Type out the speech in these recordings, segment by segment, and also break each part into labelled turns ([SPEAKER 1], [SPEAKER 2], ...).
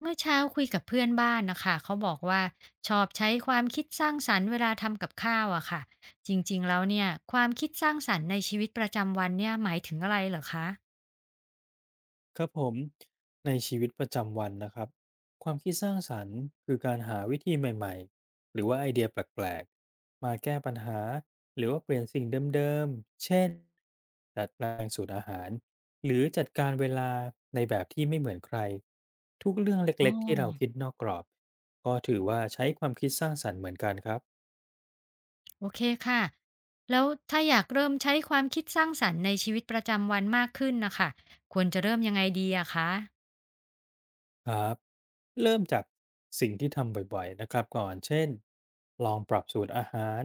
[SPEAKER 1] เมื่อเช้าคุยกับเพื่อนบ้านนะคะ เขาบอกว่าชอบใช้ความคิดสร้างสรรค์เวลาทำกับข้าวอะค่ะ จริงๆ แล้วเนี่ยความคิดสร้างสรรค์ในชีวิตประจำวันเนี่ยหมายถึงอะไรเหรอคะ
[SPEAKER 2] ครับผมในชีวิตประจำวันนะครับความคิดสร้างสรรค์คือการหาวิธีใหม่ๆหรือว่าไอเดียแปลกๆมาแก้ปัญหาหรือว่าเปลี่ยนสิ่งเดิมๆเช่นดัดแปลงสูตรอาหารหรือจัดการเวลาในแบบที่ไม่เหมือนใครทุกเรื่อง
[SPEAKER 1] อ๋
[SPEAKER 2] เล็กๆที่เราคิ
[SPEAKER 1] อ
[SPEAKER 2] ดนอกกรอบก็ถือว่าใช้ความคิดสร้างสรรค์เหมือนกันครับ
[SPEAKER 1] โอเคค่ะแล้วถ้าอยากเริ่มใช้ความคิดสร้างสรรค์ในชีวิตประจำวันมากขึ้นนะคะควรจะเริ่มยังไงดีอะคะ
[SPEAKER 2] ครับเริ่มจากสิ่งที่ทำบ่อยๆนะครับก่อนเช่นลองปรับสูตรอาหาร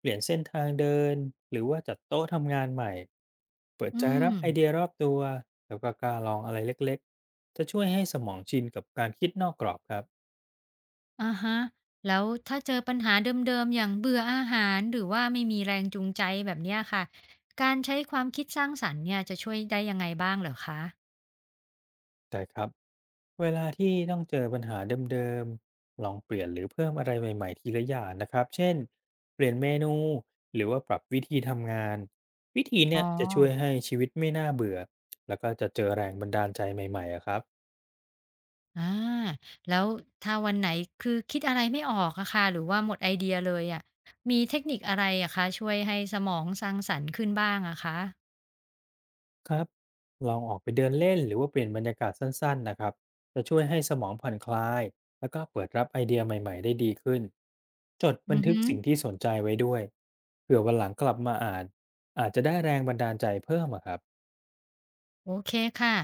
[SPEAKER 2] เปลี่ยนเส้นทางเดินหรือว่าจัดโต๊ะทำงานใหม่เปิด
[SPEAKER 1] อื
[SPEAKER 2] ใจ
[SPEAKER 1] ม
[SPEAKER 2] รับไอเดียรอบตัวแล้วก็กล้าลองอะไรเล็กๆจะช่วยให้สมองชินกับการคิดนอกกรอบครับ
[SPEAKER 1] อะฮะแล้วถ้าเจอปัญหาเดิมๆอย่างเบื่ออาหารหรือว่าไม่มีแรงจูงใจแบบเนี้ยค่ะการใช้ความคิดสร้างสรรค์เนี่ยจะช่วยได้ยังไงบ้างเหรอคะ
[SPEAKER 2] แต่ครับเวลาที่ต้องเจอปัญหาเดิมๆลองเปลี่ยนหรือเพิ่มอะไรใหม่ๆทีละอย่างนะครับเช่นเปลี่ยนเมนูหรือว่าปรับวิธีทำงานวิธี
[SPEAKER 1] อ๋อ
[SPEAKER 2] เนี่ยจะช่วยให้ชีวิตไม่น่าเบื่อแล้วก็จะเจอแรงบันดาลใจใหม่ๆอะครับ
[SPEAKER 1] อาแล้วถ้าวันไหนคือคิดอะไรไม่ออกอะค่ะหรือว่าหมดไอเดียเลยอะมีเทคนิคอะไรอะคะช่วยให้สมองสร้างสรรค์ขึ้นบ้างอะคะ
[SPEAKER 2] ครับลองออกไปเดินเล่นหรือว่าเปลี่ยนบรรยากาศสั้นๆนะครับจะช่วยให้สมองผ่อนคลายแล้วก็เปิดรับไอเดียใหม่ๆได้ดีขึ้นจดบั
[SPEAKER 1] อื
[SPEAKER 2] น
[SPEAKER 1] อ
[SPEAKER 2] ทึก
[SPEAKER 1] ฮึ
[SPEAKER 2] สิ่งที่สนใจไว้ด้วยเผื่อวันหลังกลับมาอ่านอาจจะได้แรงบันดาลใจเพิ่มอะครับ
[SPEAKER 1] โอเคค่ะ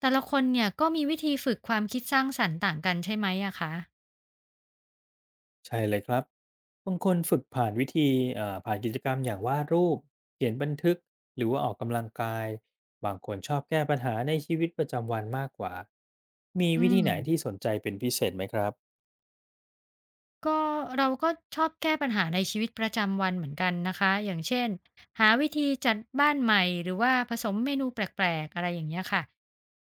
[SPEAKER 1] แต่ละคนเนี่ยก็มีวิธีฝึกความคิดสร้างสรรค์ต่างกันใช่ไหมอะคะ
[SPEAKER 2] ใช่เลยครับบางคนฝึกผ่านวิธีผ่านกิจกรรมอย่างวาดรูปเขียนบันทึกหรือว่าออกกำลังกายบางคนชอบแก้ปัญหาในชีวิตประจำวันมากกว่ามี
[SPEAKER 1] อื
[SPEAKER 2] วิธีไหน
[SPEAKER 1] ม
[SPEAKER 2] ที่สนใจเป็นพิเศษไหมครับ
[SPEAKER 1] ก็เราก็ชอบแก้ปัญหาในชีวิตประจำวันเหมือนกันนะคะอย่างเช่นหาวิธีจัดบ้านใหม่หรือว่าผสมเมนูแปลกๆอะไรอย่างเงี้ยค่ะ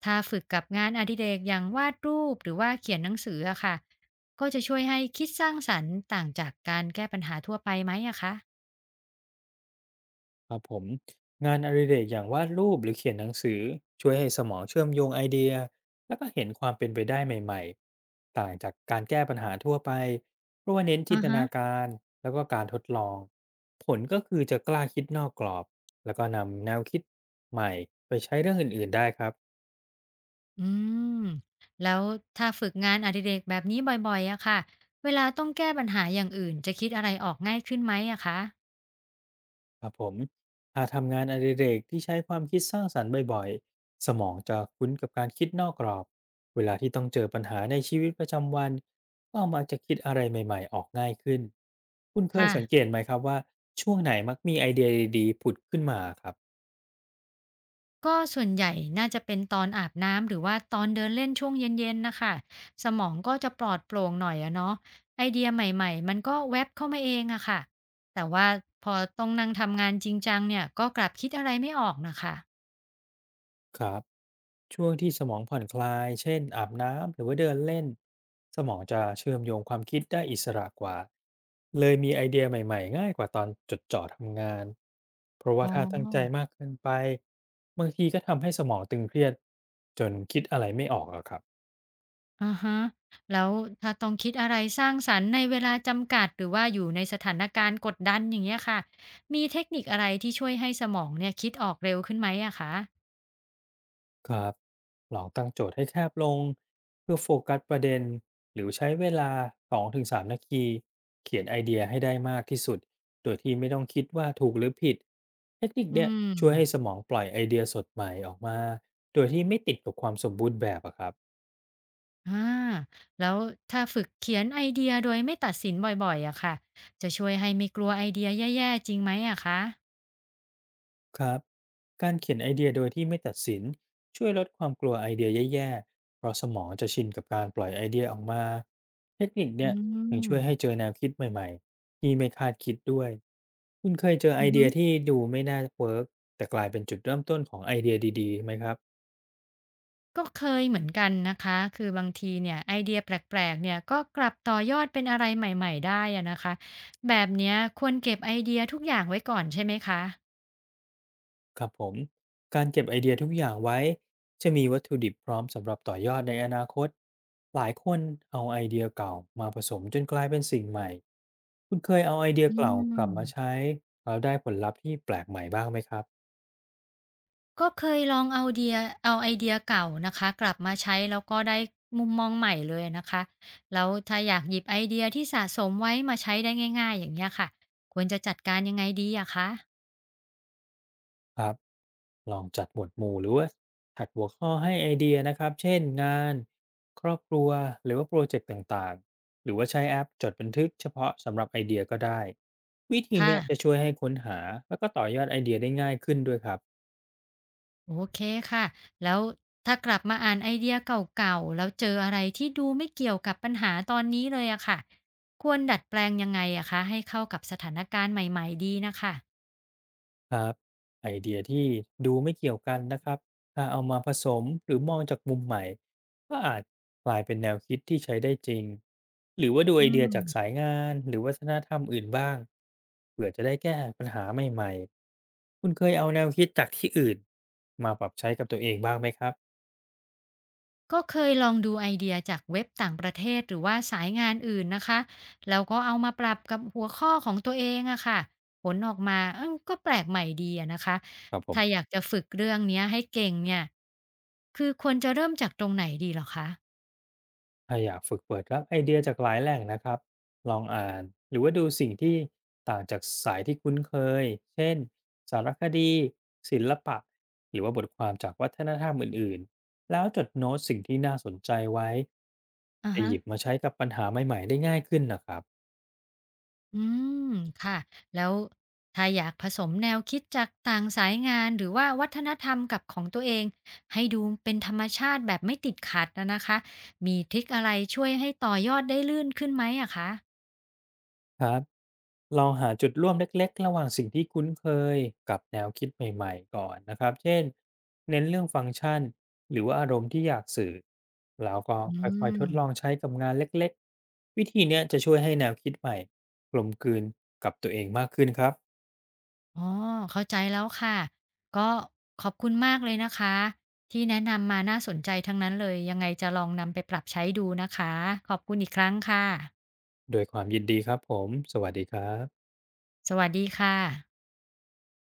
[SPEAKER 1] ถ้าฝึกกับงานอดิเรกอย่างวาดรูปหรือว่าเขียนหนังสืออะค่ะก็จะช่วยให้คิดสร้างสรรค์ต่างจากการแก้ปัญหาทั่วไปไหมอะคะ
[SPEAKER 2] ครับผมงานอดิเรกอย่างวาดรูปหรือเขียนหนังสือช่วยให้สมองเชื่อมโยงไอเดียแล้วก็เห็นความเป็นไปได้ใหม่ๆต่างจากการแก้ปัญหาทั่วไปเพราะว่าเน้น
[SPEAKER 1] อ
[SPEAKER 2] จิน
[SPEAKER 1] อ
[SPEAKER 2] ต
[SPEAKER 1] ฮะ
[SPEAKER 2] นาการแล้วก็การทดลองผลก็คือจะกล้าคิดนอกกรอบแล้วก็นำแนวคิดใหม่ไปใช้เรื่องอื่นๆได้ครับ
[SPEAKER 1] อืมแล้วถ้าฝึกงานอดิเรกแบบนี้บ่อยๆอะค่ะเวลาต้องแก้ปัญหาอย่างอื่นจะคิดอะไรออกง่ายขึ้นไหมอะคะ
[SPEAKER 2] ครับผมหากทำงานอดิเรกที่ใช้ความคิดสร้างสรรค์บ่อยๆสมองจะคุ้นกับการคิดนอกกรอบเวลาที่ต้องเจอปัญหาในชีวิตประจำวันก็มักจะคิดอะไรใหม่ๆออกง่ายขึ้นคุณเคย
[SPEAKER 1] ค่ะ
[SPEAKER 2] สังเกตไหมครับว่าช่วงไหนมักมีไอเดียดีๆผุดขึ้นมาครับ
[SPEAKER 1] ก็ส่วนใหญ่น่าจะเป็นตอนอาบน้ำหรือว่าตอนเดินเล่นช่วงเย็นๆน่ะค่ะสมองก็จะปลอดโปร่งหน่อยอะเนาะไอเดียใหม่ๆมันก็แว็บเข้ามาเองอะค่ะแต่ว่าพอต้องนั่งทำงานจริงจังเนี่ยก็กลับคิดอะไรไม่ออกน่ะค่ะ
[SPEAKER 2] ครับช่วงที่สมองผ่อนคลายเช่นอาบน้ำหรือว่าเดินเล่นสมองจะเชื่อมโยงความคิดได้อิสระกว่าเลยมีไอเดียใหม่ๆง่ายกว่าตอนจดจ่อทำงานเพราะ
[SPEAKER 1] อ๋
[SPEAKER 2] ว่า
[SPEAKER 1] อ
[SPEAKER 2] ถ้าตั้งใจมากเกินไปบางทีก็ทำให้สมองตึงเครียดจนคิดอะไรไม่ออกอะครับ
[SPEAKER 1] อะฮะแล้วถ้าต้องคิดอะไรสร้างสรรค์ในเวลาจำกัดหรือว่าอยู่ในสถานการณ์กดดันอย่างเงี้ยค่ะมีเทคนิคอะไรที่ช่วยให้สมองเนี่ยคิดออกเร็วขึ้นไหมอะคะ
[SPEAKER 2] ครับลองตั้งโจทย์ให้แคบลงเพื่อโฟกัสประเด็นหรือใช้เวลา2-3นาทีเขียนไอเดียให้ได้มากที่สุดโดยที่ไม่ต้องคิดว่าถูกหรือผิดเทคนิค
[SPEAKER 1] อื
[SPEAKER 2] เนี่ยช่วยให้ส
[SPEAKER 1] ม
[SPEAKER 2] มองปล่อยไอเดียสดใหม่ออกมาโดยที่ไม่ติดกับความสมบูรณ์แบบอะครับ
[SPEAKER 1] อาแล้วถ้าฝึกเขียนไอเดียโดยไม่ตัดสินบ่อยๆอะค่ะจะช่วยให้ไม่กลัวไอเดียแย่ๆจริงไหมอะคะ
[SPEAKER 2] ครับการเขียนไอเดียโดยที่ไม่ตัดสินช่วยลดความกลัวไอเดียแย่ๆเพราะสมองจะชินกับการปล่อยไอเดียออกมาเทคนิค
[SPEAKER 1] อื
[SPEAKER 2] เนี่ยยังช่วยให้เจ
[SPEAKER 1] ม
[SPEAKER 2] อแนวคิดใหม่ๆที่ไม่คาดคิดด้วยคุณเคยเจอ
[SPEAKER 1] อื
[SPEAKER 2] ไอ
[SPEAKER 1] อฮึ
[SPEAKER 2] เดียที่ดูไม่น่าเวิร์กแต่กลายเป็นจุดเริ่มต้นของไอเดียดีๆไหมครับ
[SPEAKER 1] ก็เคยเหมือนกันนะคะคือบางทีเนี่ยไอเดียแปลกๆเนี่ยก็กลับต่อยอดเป็นอะไรใหม่ๆได้อะนะคะแบบเนี้ยควรเก็บไอเดียทุกอย่างไว้ก่อนใช่ไหมคะ
[SPEAKER 2] ครับผมการเก็บไอเดียทุกอย่างไว้จะมีวัตถุดิบพร้อมสำหรับต่อยอดในอนาคตหลายคนเอาไอเดียเก่ามาผสมจนกลายเป็นสิ่งใหม่คุณเคยเอาไอเดีย
[SPEAKER 1] อื
[SPEAKER 2] เก่ากลับมา
[SPEAKER 1] ม
[SPEAKER 2] ใช้แล้วได้ผลลัพธ์ที่แปลกใหม่บ้างไหมครับ
[SPEAKER 1] ก็เคยลองเอาไอเดียเก่านะคะกลับมาใช้แล้วก็ได้มุมมองใหม่เลยนะคะแล้วถ้าอยากหยิบไอเดียที่สะสมไว้มาใช้ได้ง่ายๆอย่างเงี้ยค่ะควรจะจัดการยังไงดีอะคะ
[SPEAKER 2] ครับลองจัดหมวดหมู่หรือว่าถัดหัวข้อให้ไอเดียนะครับเช่นงานครอบครัวหรือว่าโปรเจกต์ต่างๆหรือว่าใช้แอปจดบันทึกเฉพาะสำหรับไอเดียก็ได้วิธี
[SPEAKER 1] ค่ะ
[SPEAKER 2] เนี้ยจะช่วยให้ค้นหาแล้วก็ต่อยอดไอเดียได้ง่ายขึ้นด้วยครับ
[SPEAKER 1] โอเคค่ะแล้วถ้ากลับมาอ่านไอเดียเก่าๆแล้วเจออะไรที่ดูไม่เกี่ยวกับปัญหาตอนนี้เลยอะค่ะควรดัดแปลงยังไงอะคะให้เข้ากับสถานการณ์ใหม่ๆดีนะคะ
[SPEAKER 2] ครับไอเดียที่ดูไม่เกี่ยวกันนะครับถ้าเอามาผสมหรือมองจากมุมใหม่ก็อาจกลายเป็นแนวคิดที่ใช้ได้จริงหรือว่าดู
[SPEAKER 1] อื
[SPEAKER 2] ไอเดียจากสา
[SPEAKER 1] ม
[SPEAKER 2] ยงานหรือวัฒนธรรมอื่นบ้างเผื่อจะได้แก้ปัญหาใหม่ๆคุณเคยเอาแนวคิดจากที่อื่นมาปรับใช้กับตัวเองบ้างไหมครับ
[SPEAKER 1] ก็เคยลองดูไอเดียจากเว็บต่างประเทศหรือว่าสายงานอื่นนะคะแล้วก็เอามาปรับกับหัวข้อของตัวเองอะค่ะผลออกมาเอ้าก็แปลกใหม่ดีอะนะคะ
[SPEAKER 2] ครับผ
[SPEAKER 1] ถ้าอ
[SPEAKER 2] ม
[SPEAKER 1] ยากจะฝึกเรื่องเนี้ยให้เก่งเนี่ยคือควรจะเริ่มจากตรงไหนดีเหรอคะ
[SPEAKER 2] ถ้าอยากฝึกเปิดรับไอเดียจากหลายแหล่งนะครับลองอ่านหรือว่าดูสิ่งที่ต่างจากสายที่คุ้นเคยเช่นสารคดีศิลปะหรือว่าบทความจากวัฒนธรรมอื่นๆแล้วจดโน้ตสิ่งที่น่าสนใจไว้
[SPEAKER 1] อือ
[SPEAKER 2] จะ
[SPEAKER 1] ฮะ
[SPEAKER 2] หยิบมาใช้กับปัญหาใหม่ๆได้ง่ายขึ้นนะครับ
[SPEAKER 1] อืมค่ะแล้วถ้าอยากผสมแนวคิดจากต่างสายงานหรือว่าวัฒนธรรมกับของตัวเองให้ดูเป็นธรรมชาติแบบไม่ติดขัดนะนะคะมีทริคอะไรช่วยให้ต่อยอดได้ลื่นขึ้นไหมอะคะ
[SPEAKER 2] ลองหาจุดร่วมเล็กๆระหว่างสิ่งที่คุ้นเคยกับแนวคิดใหม่ๆก่อนนะครับเช่นเน้นเรื่องฟังก์ชันหรือว่าอารมณ์ที่อยากสื่อแล้วก็
[SPEAKER 1] อื
[SPEAKER 2] ค่อยๆท
[SPEAKER 1] ม
[SPEAKER 2] ดลองใช้กับงานเล็กๆวิธีเนี้ยจะช่วยให้แนวคิดใหม่กลมกลืนกับตัวเองมากขึ้นครับ
[SPEAKER 1] อ๋อเข้าใจแล้วค่ะก็ขอบคุณมากเลยนะคะที่แนะนำมาน่าสนใจทั้งนั้นเลยยังไงจะลองนำไปปรับใช้ดูนะคะขอบคุณอีกครั้งค่ะ
[SPEAKER 2] โดยความยินดีครับผมสวัสดีครับ
[SPEAKER 1] สวัสดีค่ะ